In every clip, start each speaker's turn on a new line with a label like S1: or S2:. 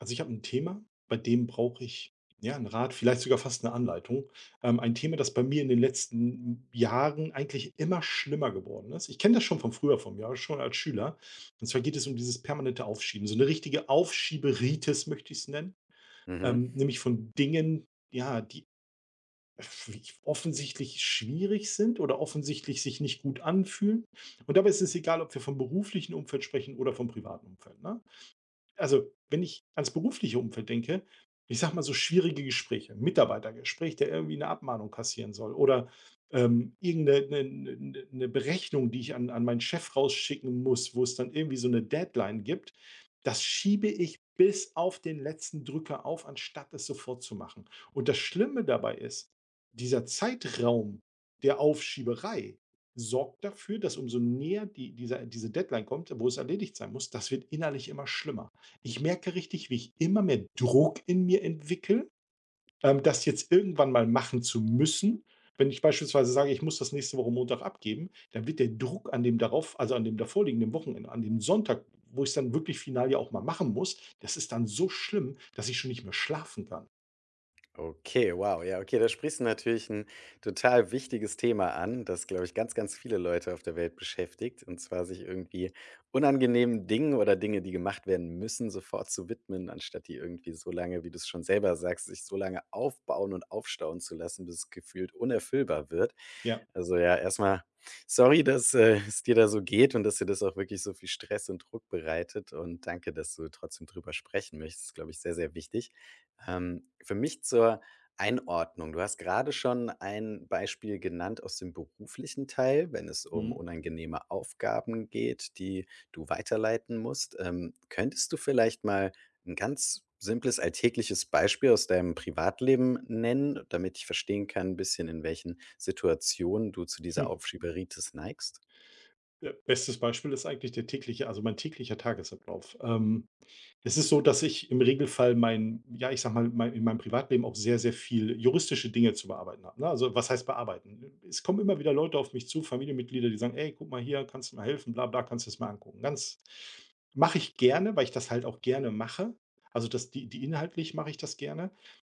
S1: Also ich habe ein Thema, bei dem brauche ich, ja, 'n Rat, vielleicht sogar fast eine Anleitung. Ein Thema, das bei mir in den letzten Jahren eigentlich immer schlimmer geworden ist. Ich kenne das schon von früher von mir, aber schon als Schüler. Und zwar geht es um dieses permanente Aufschieben, so eine richtige Aufschieberitis möchte ich es nennen,
S2: Mhm.
S1: nämlich von Dingen, ja, die offensichtlich schwierig sind oder offensichtlich sich nicht gut anfühlen. Und dabei ist es egal, ob wir vom beruflichen Umfeld sprechen oder vom privaten Umfeld, ne? Also, wenn ich ans berufliche Umfeld denke, ich sage mal so schwierige Gespräche, ein Mitarbeitergespräch, der irgendwie eine Abmahnung kassieren soll oder, irgend 'ne Berechnung, die ich an meinen Chef rausschicken muss, wo es dann irgendwie so eine Deadline gibt. Das schiebe ich bis auf den letzten Drücker auf, anstatt es sofort zu machen. Und das Schlimme dabei ist, dieser Zeitraum der Aufschieberei sorgt dafür, dass umso näher diese Deadline kommt, wo es erledigt sein muss, das wird innerlich immer schlimmer. Ich merke richtig, wie ich immer mehr Druck in mir entwickle, das jetzt irgendwann mal machen zu müssen. Wenn ich beispielsweise sage, ich muss das nächste Woche Montag abgeben, dann wird der Druck an dem darauf, also an dem davorliegenden Wochenende, an dem Sonntag, wo ich es dann wirklich final ja auch mal machen muss, das ist dann so schlimm, dass ich schon nicht mehr schlafen kann.
S2: Okay, wow. Ja, okay, da sprichst du natürlich ein total wichtiges Thema an, das, glaube ich, ganz, ganz viele Leute auf der Welt beschäftigt, und zwar sich irgendwie unangenehmen Dingen oder Dinge, die gemacht werden müssen, sofort zu widmen, anstatt die irgendwie so lange, wie du es schon selber sagst, sich so lange aufbauen und aufstauen zu lassen, bis es gefühlt unerfüllbar wird.
S1: Ja.
S2: Also, ja, erstmal sorry, dass, es dir da so geht und dass dir das auch wirklich so viel Stress und Druck bereitet und danke, dass du trotzdem drüber sprechen möchtest. Das ist, glaube ich, sehr, sehr wichtig. Für mich zur Einordnung: Du hast gerade schon ein Beispiel genannt aus dem beruflichen Teil, wenn es um
S1: Mhm.
S2: unangenehme Aufgaben geht, die du weiterleiten musst. Könntest du vielleicht mal ein ganz simples, alltägliches Beispiel aus deinem Privatleben nennen, damit ich verstehen kann ein bisschen, in welchen Situationen du zu dieser Aufschieberitis neigst?
S1: Ja, bestes Beispiel ist eigentlich der tägliche, also mein täglicher Tagesablauf. Es ist so, dass ich im Regelfall mein, ja, ich sage mal, mein in meinem Privatleben auch sehr, sehr viel juristische Dinge zu bearbeiten habe, ne? Also, was heißt bearbeiten? Es kommen immer wieder Leute auf mich zu, Familienmitglieder, die sagen: „Ey, guck mal hier, kannst du mal helfen, bla bla, kannst du das mal angucken?“ Ganz mache ich gerne, weil ich das halt auch gerne mache. Also, das die inhaltlich mache ich das gerne.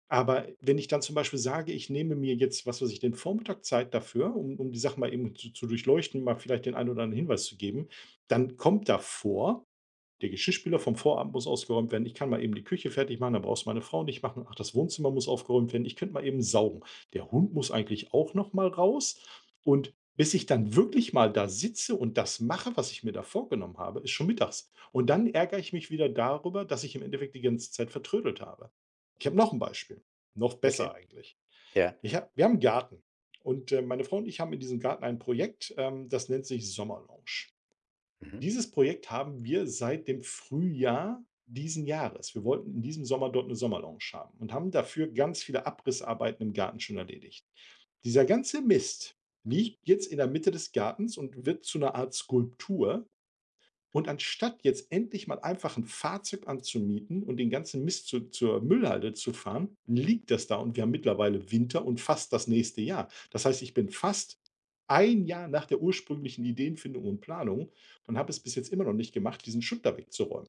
S1: Aber wenn ich dann zum Beispiel sage, ich nehme mir jetzt, was weiß ich, den Vormittag Zeit dafür, um die Sachen mal eben zu durchleuchten, mal vielleicht den einen oder anderen Hinweis zu geben, dann kommt da vor, der Geschirrspüler vom Vorabend muss ausgeräumt werden. Ich kann mal eben die Küche fertig machen, da brauchst du meine Frau nicht machen. Ach, das Wohnzimmer muss aufgeräumt werden. Ich könnte mal eben saugen. Der Hund muss eigentlich auch noch mal raus. Und bis ich dann wirklich mal da sitze und das mache, was ich mir da vorgenommen habe, ist schon mittags. Und dann ärgere ich mich wieder darüber, dass ich im Endeffekt die ganze Zeit vertrödelt habe. Ich habe noch ein Beispiel. Noch
S2: Okay.
S1: besser eigentlich.
S2: Ja.
S1: Ich hab, wir haben einen Garten. Und meine Frau und ich haben in diesem Garten ein Projekt, das nennt sich Sommerlounge.
S2: Mhm.
S1: Dieses Projekt haben wir seit dem Frühjahr diesen Jahres. Wir wollten in diesem Sommer dort eine Sommerlounge haben und haben dafür ganz viele Abrissarbeiten im Garten schon erledigt. Dieser ganze Mist liegt jetzt in der Mitte des Gartens und wird zu einer Art Skulptur. Und anstatt jetzt endlich mal einfach ein Fahrzeug anzumieten und den ganzen Mist zu zur Müllhalde zu fahren, liegt das da und wir haben mittlerweile Winter und fast das nächste Jahr. Das heißt, ich bin fast ein Jahr nach der ursprünglichen Ideenfindung und Planung und habe es bis jetzt immer noch nicht gemacht, diesen Schutt da wegzuräumen.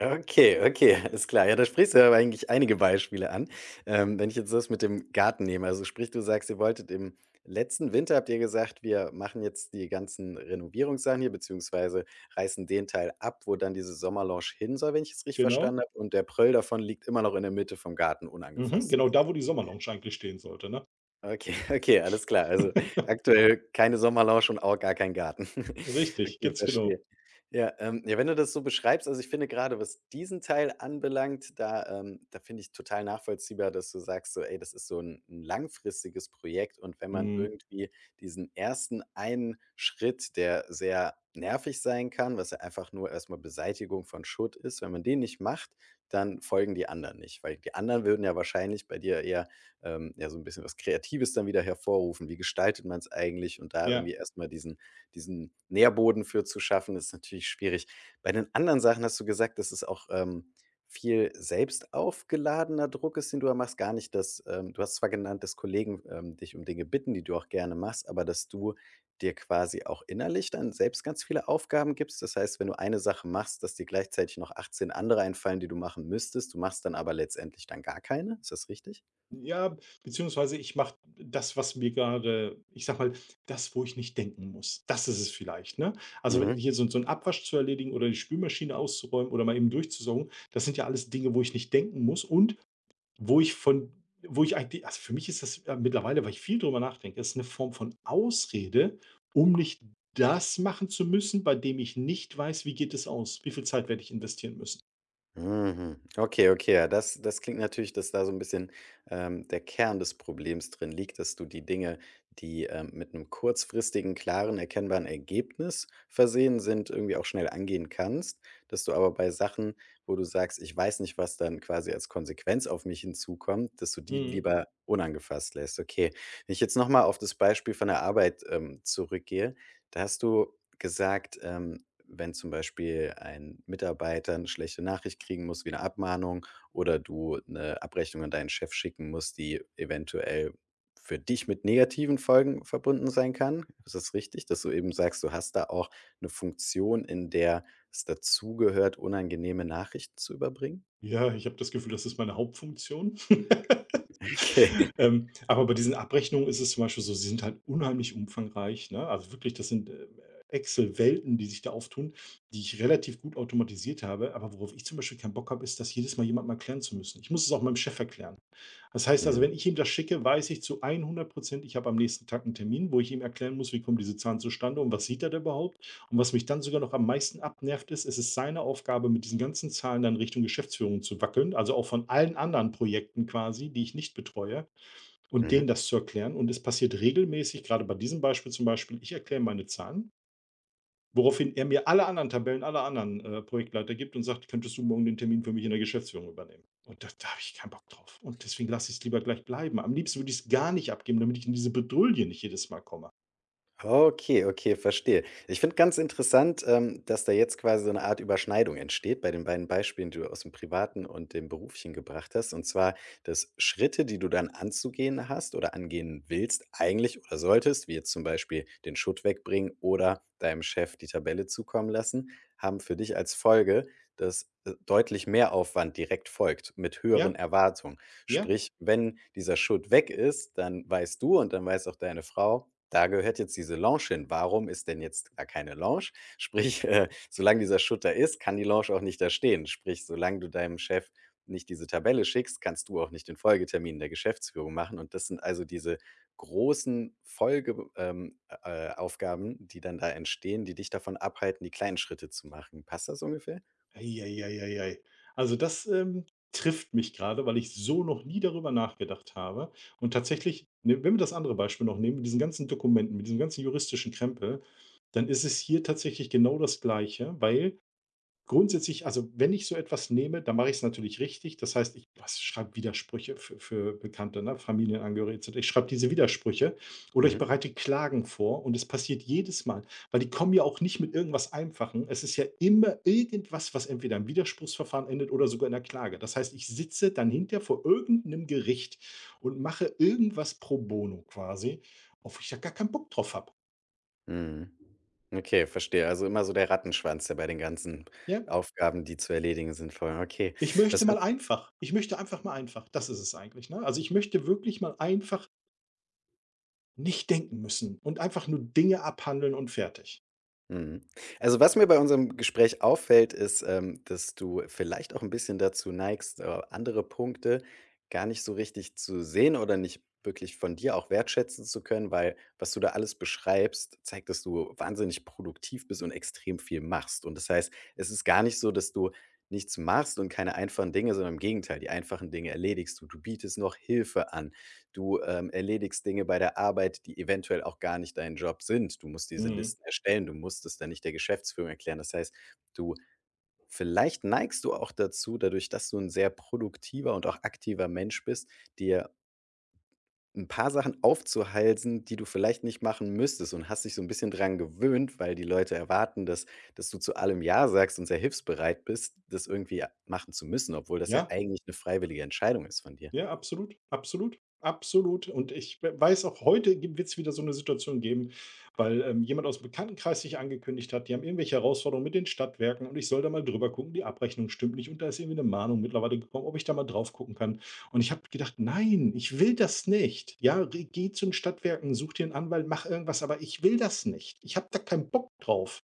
S2: Okay, okay, ist klar. Ja, da sprichst du aber eigentlich einige Beispiele an. Wenn ich jetzt das mit dem Garten nehme, also sprich, du sagst, ihr wolltet im letzten Winter habt ihr gesagt, wir machen jetzt die ganzen Renovierungssachen hier, beziehungsweise reißen den Teil ab, wo dann diese Sommerlounge hin soll, wenn ich es richtig
S1: Genau.
S2: verstanden habe. Und der Pröll davon liegt immer noch in der Mitte vom Garten
S1: Mhm,
S2: unangefasst.
S1: genau da, wo die Sommerlounge eigentlich stehen sollte, ne?
S2: Okay, okay, alles klar. Also, aktuell keine Sommerlounge und auch gar kein Garten.
S1: Richtig,
S2: Okay,
S1: ganz
S2: verstehe.
S1: genau.
S2: Ja, ja, wenn du das so beschreibst also, ich finde gerade was diesen Teil anbelangt, da da finde ich total nachvollziehbar, dass du sagst so: „Ey, das ist so ein 'n langfristiges Projekt.“ Und wenn man
S1: Mhm.
S2: irgendwie diesen ersten einen Schritt, der sehr nervig sein kann, was ja einfach nur erstmal Beseitigung von Schutt ist, wenn man den nicht macht, dann folgen die anderen nicht, weil die anderen würden ja wahrscheinlich bei dir eher ja, so ein bisschen was Kreatives dann wieder hervorrufen. Wie gestaltet man es eigentlich? Und da irgendwie
S1: Ja.
S2: erst mal diesen Nährboden für zu schaffen, ist natürlich schwierig. Bei den anderen Sachen hast du gesagt, dass es auch, viel selbst aufgeladener Druck ist, den du da machst, gar nicht dass du hast zwar genannt, dass Kollegen, dich um Dinge bitten, die du auch gerne machst, aber dass du dir quasi auch innerlich dann selbst ganz viele Aufgaben gibst. Das heißt, wenn du eine Sache machst, dass dir gleichzeitig noch 18 andere einfallen, die du machen müsstest. Du machst dann aber letztendlich dann gar keine. Ist das richtig?
S1: Ja, beziehungsweise ich mache das, was mir gerade, ich sag mal, das, wo ich nicht denken muss. Das ist es vielleicht, ne? Also, wenn
S2: Mhm.
S1: hier so 'n Abwasch zu erledigen oder die Spülmaschine auszuräumen oder mal eben durchzusaugen, das sind ja alles Dinge, wo ich nicht denken muss und wo ich von wo ich eigentlich, also, für mich ist das, mittlerweile, weil ich viel drüber nachdenke, ist eine Form von Ausrede, um nicht das machen zu müssen, bei dem ich nicht weiß, wie geht es aus? Wie viel Zeit werde ich investieren müssen?
S2: Mhm. Okay, okay, ja, das klingt natürlich, dass da so ein bisschen, der Kern des Problems drin liegt, dass du die Dinge, die, mit einem kurzfristigen, klaren, erkennbaren Ergebnis versehen sind, irgendwie auch schnell angehen kannst. Dass du aber bei Sachen, wo du sagst: „Ich weiß nicht, was dann quasi als Konsequenz auf mich hinzukommt“, dass du die
S1: Mhm.
S2: lieber unangefasst lässt. Okay. Wenn ich jetzt noch mal auf das Beispiel von der Arbeit, zurückgehe, da hast du gesagt, wenn zum Beispiel ein Mitarbeiter eine schlechte Nachricht kriegen muss wie 'ne Abmahnung oder du eine Abrechnung an deinen Chef schicken musst, die eventuell für dich mit negativen Folgen verbunden sein kann. Ist das richtig, dass du eben sagst, du hast da auch eine Funktion, in der es dazugehört, unangenehme Nachrichten zu überbringen?
S1: Ja, ich habe das Gefühl, das ist meine Hauptfunktion.
S2: Okay.
S1: Aber bei diesen Abrechnungen ist es zum Beispiel so, sie sind halt unheimlich umfangreich, ne? Also wirklich, das sind, Excel-Welten, die sich da auftun, die ich relativ gut automatisiert habe. Aber worauf ich zum Beispiel keinen Bock habe, ist, das jedes Mal jemandem erklären zu müssen. Ich muss es auch meinem Chef erklären. Das heißt also,
S2: Mhm.
S1: wenn ich ihm das schicke, weiß ich zu 100, ich habe am nächsten Tag einen Termin, wo ich ihm erklären muss, wie kommt diese Zahlen zustande und was sieht er da überhaupt? Und was mich dann sogar noch am meisten abnervt ist, es ist seine Aufgabe, mit diesen ganzen Zahlen dann Richtung Geschäftsführung zu wackeln, also auch von allen anderen Projekten quasi, die ich nicht betreue und denen
S2: Mhm.
S1: das zu erklären. Und es passiert regelmäßig, gerade bei diesem Beispiel zum Beispiel, ich erkläre meine Zahlen, woraufhin er mir alle anderen Tabellen, alle anderen, Projektleiter gibt und sagt: „Könntest du morgen den Termin für mich in der Geschäftsführung übernehmen?“ Und da habe ich keinen Bock drauf. Und deswegen lasse ich es lieber gleich bleiben. Am liebsten würde ich es gar nicht abgeben, damit ich in diese Bredouille nicht jedes Mal komme.
S2: Okay, okay, verstehe. Ich finde ganz interessant, dass da jetzt quasi so eine Art Überschneidung entsteht bei den beiden Beispielen, die du aus dem Privaten und dem Beruflichen gebracht hast. Und zwar, dass Schritte, die du dann anzugehen hast oder angehen willst eigentlich oder solltest, wie jetzt zum Beispiel den Schutt wegbringen oder deinem Chef die Tabelle zukommen lassen, haben für dich als Folge, dass, deutlich mehr Aufwand direkt folgt mit höheren
S1: Ja,
S2: Erwartungen.
S1: ja.
S2: Sprich, wenn dieser Schutt weg ist, dann weißt du und dann weiß auch deine Frau: „Da gehört jetzt diese Lounge hin. Warum ist denn jetzt da keine Lounge?“ Sprich, solange dieser Schutt da ist, kann die Lounge auch nicht da stehen. Sprich, solange du deinem Chef nicht diese Tabelle schickst, kannst du auch nicht den Folgetermin der Geschäftsführung machen. Und das sind also diese großen Folgeaufgaben, Aufgaben, die dann da entstehen, die dich davon abhalten, die kleinen Schritte zu machen. Passt das ungefähr?
S1: Ei, ei, ei, also, das, trifft mich gerade, weil ich so noch nie darüber nachgedacht habe. Und tatsächlich, ne, wenn wir das andere Beispiel noch nehmen, mit diesen ganzen Dokumenten, mit diesem ganzen juristischen Krempel, dann ist es hier tatsächlich genau das Gleiche, weil grundsätzlich, also, wenn ich so etwas nehme, dann mache ich es natürlich richtig. Das heißt, ich was schreibe Widersprüche für Bekannte, ne, Familienangehörige etc. Ich schreibe diese Widersprüche oder ich
S2: Mhm.
S1: bereite Klagen vor und es passiert jedes Mal, weil die kommen ja auch nicht mit irgendwas Einfachen. Es ist ja immer irgendwas, was entweder im Widerspruchsverfahren endet oder sogar in der Klage. Das heißt, ich sitze dann hinterher vor irgendeinem Gericht und mache irgendwas pro bono quasi, auf ich da gar keinen Bock drauf habe,
S2: Mhm. Okay, verstehe. Also immer so der Rattenschwanz, der bei den ganzen
S1: ja?
S2: Aufgaben, die zu erledigen sind, vorher. Okay.
S1: Ich
S2: Was
S1: möchte mal einfach. Ich möchte einfach mal einfach. Das ist es eigentlich, ne? Also, ich möchte wirklich mal einfach nicht denken müssen und einfach nur Dinge abhandeln und fertig.
S2: Mhm. Also, was mir bei unserem Gespräch auffällt, ist, dass du vielleicht auch ein bisschen dazu neigst, andere Punkte gar nicht so richtig zu sehen oder nicht wirklich von dir auch wertschätzen zu können, weil was du da alles beschreibst, zeigt, dass du wahnsinnig produktiv bist und extrem viel machst. Und das heißt, es ist gar nicht so, dass du nichts machst und keine einfachen Dinge, sondern im Gegenteil, die einfachen Dinge erledigst du. Du bietest noch Hilfe an. Du, erledigst Dinge bei der Arbeit, die eventuell auch gar nicht dein Job sind. Du musst diese
S1: Mhm.
S2: Listen erstellen, du musst es dann nicht der Geschäftsführung erklären. Das heißt, du vielleicht neigst du auch dazu, dadurch, dass du ein sehr produktiver und auch aktiver Mensch bist, dir ein paar Sachen aufzuhalsen, die du vielleicht nicht machen müsstest und hast dich so ein bisschen dran gewöhnt, weil die Leute erwarten, dass du zu allem ja sagst und sehr hilfsbereit bist, das irgendwie machen zu müssen, obwohl das ja
S1: Ja?
S2: eigentlich eine freiwillige Entscheidung ist von dir.
S1: Ja, absolut, absolut, absolut. Und ich weiß auch heute wird es wieder so eine Situation geben, weil, jemand aus dem Bekanntenkreis sich angekündigt hat, die haben irgendwelche Herausforderungen mit den Stadtwerken und ich soll da mal drüber gucken, die Abrechnung stimmt nicht und da ist irgendwie eine Mahnung mittlerweile gekommen, ob ich da mal drauf gucken kann. Und ich habe gedacht: „Nein, ich will das nicht. Ja, re geh zu den Stadtwerken, such dir einen Anwalt, mach irgendwas, aber ich will das nicht. Ich habe da keinen Bock drauf.“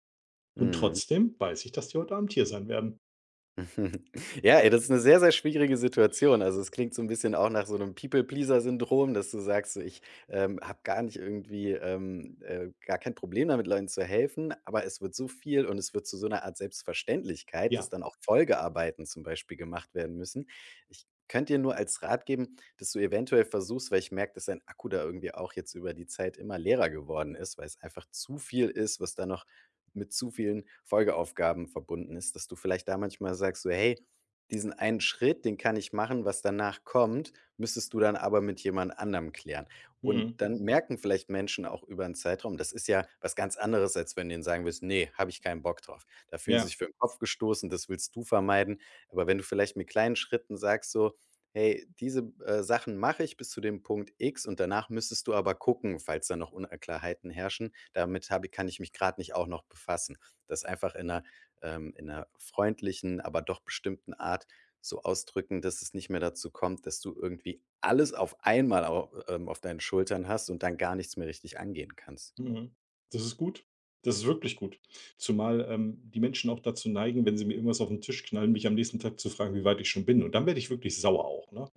S1: Und
S2: Mhm.
S1: trotzdem weiß ich, dass die heute Abend hier sein werden.
S2: Mhm. Ja, ey, das ist eine sehr, sehr schwierige Situation. Also, es klingt so ein bisschen auch nach so einem People-Pleaser-Syndrom, dass du sagst: „So, ich, habe gar nicht irgendwie, gar kein Problem damit, Leuten zu helfen“, aber es wird so viel und es wird zu so einer Art Selbstverständlichkeit, dass
S1: Ja,
S2: dann auch Folgearbeiten zum Beispiel gemacht werden müssen. Ich könnte dir nur als Rat geben, dass du eventuell versuchst weil ich merke, dass dein Akku da irgendwie auch jetzt über die Zeit immer leerer geworden ist, weil es einfach zu viel ist, was da noch mit zu vielen Folgeaufgaben verbunden ist, dass du vielleicht da manchmal sagst so: „Hey, diesen einen Schritt, den kann ich machen, was danach kommt, müsstest du dann aber mit jemand anderem klären.“ Und
S1: mhm,
S2: dann merken vielleicht Menschen auch über einen Zeitraum das ist ja was ganz anderes, als wenn du ihnen sagen willst, nee, habe ich keinen Bock drauf.“ Da fühlen sie
S1: ja.
S2: sich für den Kopf gestoßen, das willst du vermeiden. Aber wenn du vielleicht mit kleinen Schritten sagst so: Hey, diese, Sachen mache ich bis zu dem Punkt X und danach müsstest du aber gucken, falls da noch Unklarheiten herrschen. Damit habe kann ich mich gerade nicht auch noch befassen. Das einfach in einer freundlichen, aber doch bestimmten Art so ausdrücken, dass es nicht mehr dazu kommt, dass du irgendwie alles auf einmal au auf deinen Schultern hast und dann gar nichts mehr richtig angehen kannst.
S1: Mhm. Das ist gut. Das ist wirklich gut. Zumal, die Menschen auch dazu neigen, wenn sie mir irgendwas auf den Tisch knallen, mich am nächsten Tag zu fragen, wie weit ich schon bin. Und dann werde ich wirklich sauer auch, ne?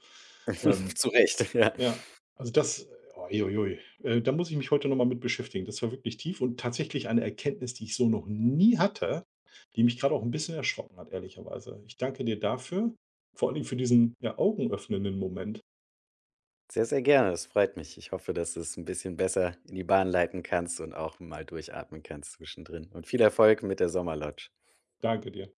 S1: Ähm,
S2: Zu Recht, ja.
S1: ja, also das, ui ui ui. Da muss ich mich heute noch mal mit beschäftigen. Das war wirklich tief und tatsächlich eine Erkenntnis, die ich so noch nie hatte, die mich gerade auch ein bisschen erschrocken hat, ehrlicherweise. Ich danke dir dafür, vor allem für diesen, ja, augenöffnenden Moment.
S2: Sehr, sehr gerne. Das freut mich. Ich hoffe, dass du es ein bisschen besser in die Bahn leiten kannst und auch mal durchatmen kannst zwischendrin. Und viel Erfolg mit der Sommerlodge.
S1: Danke dir.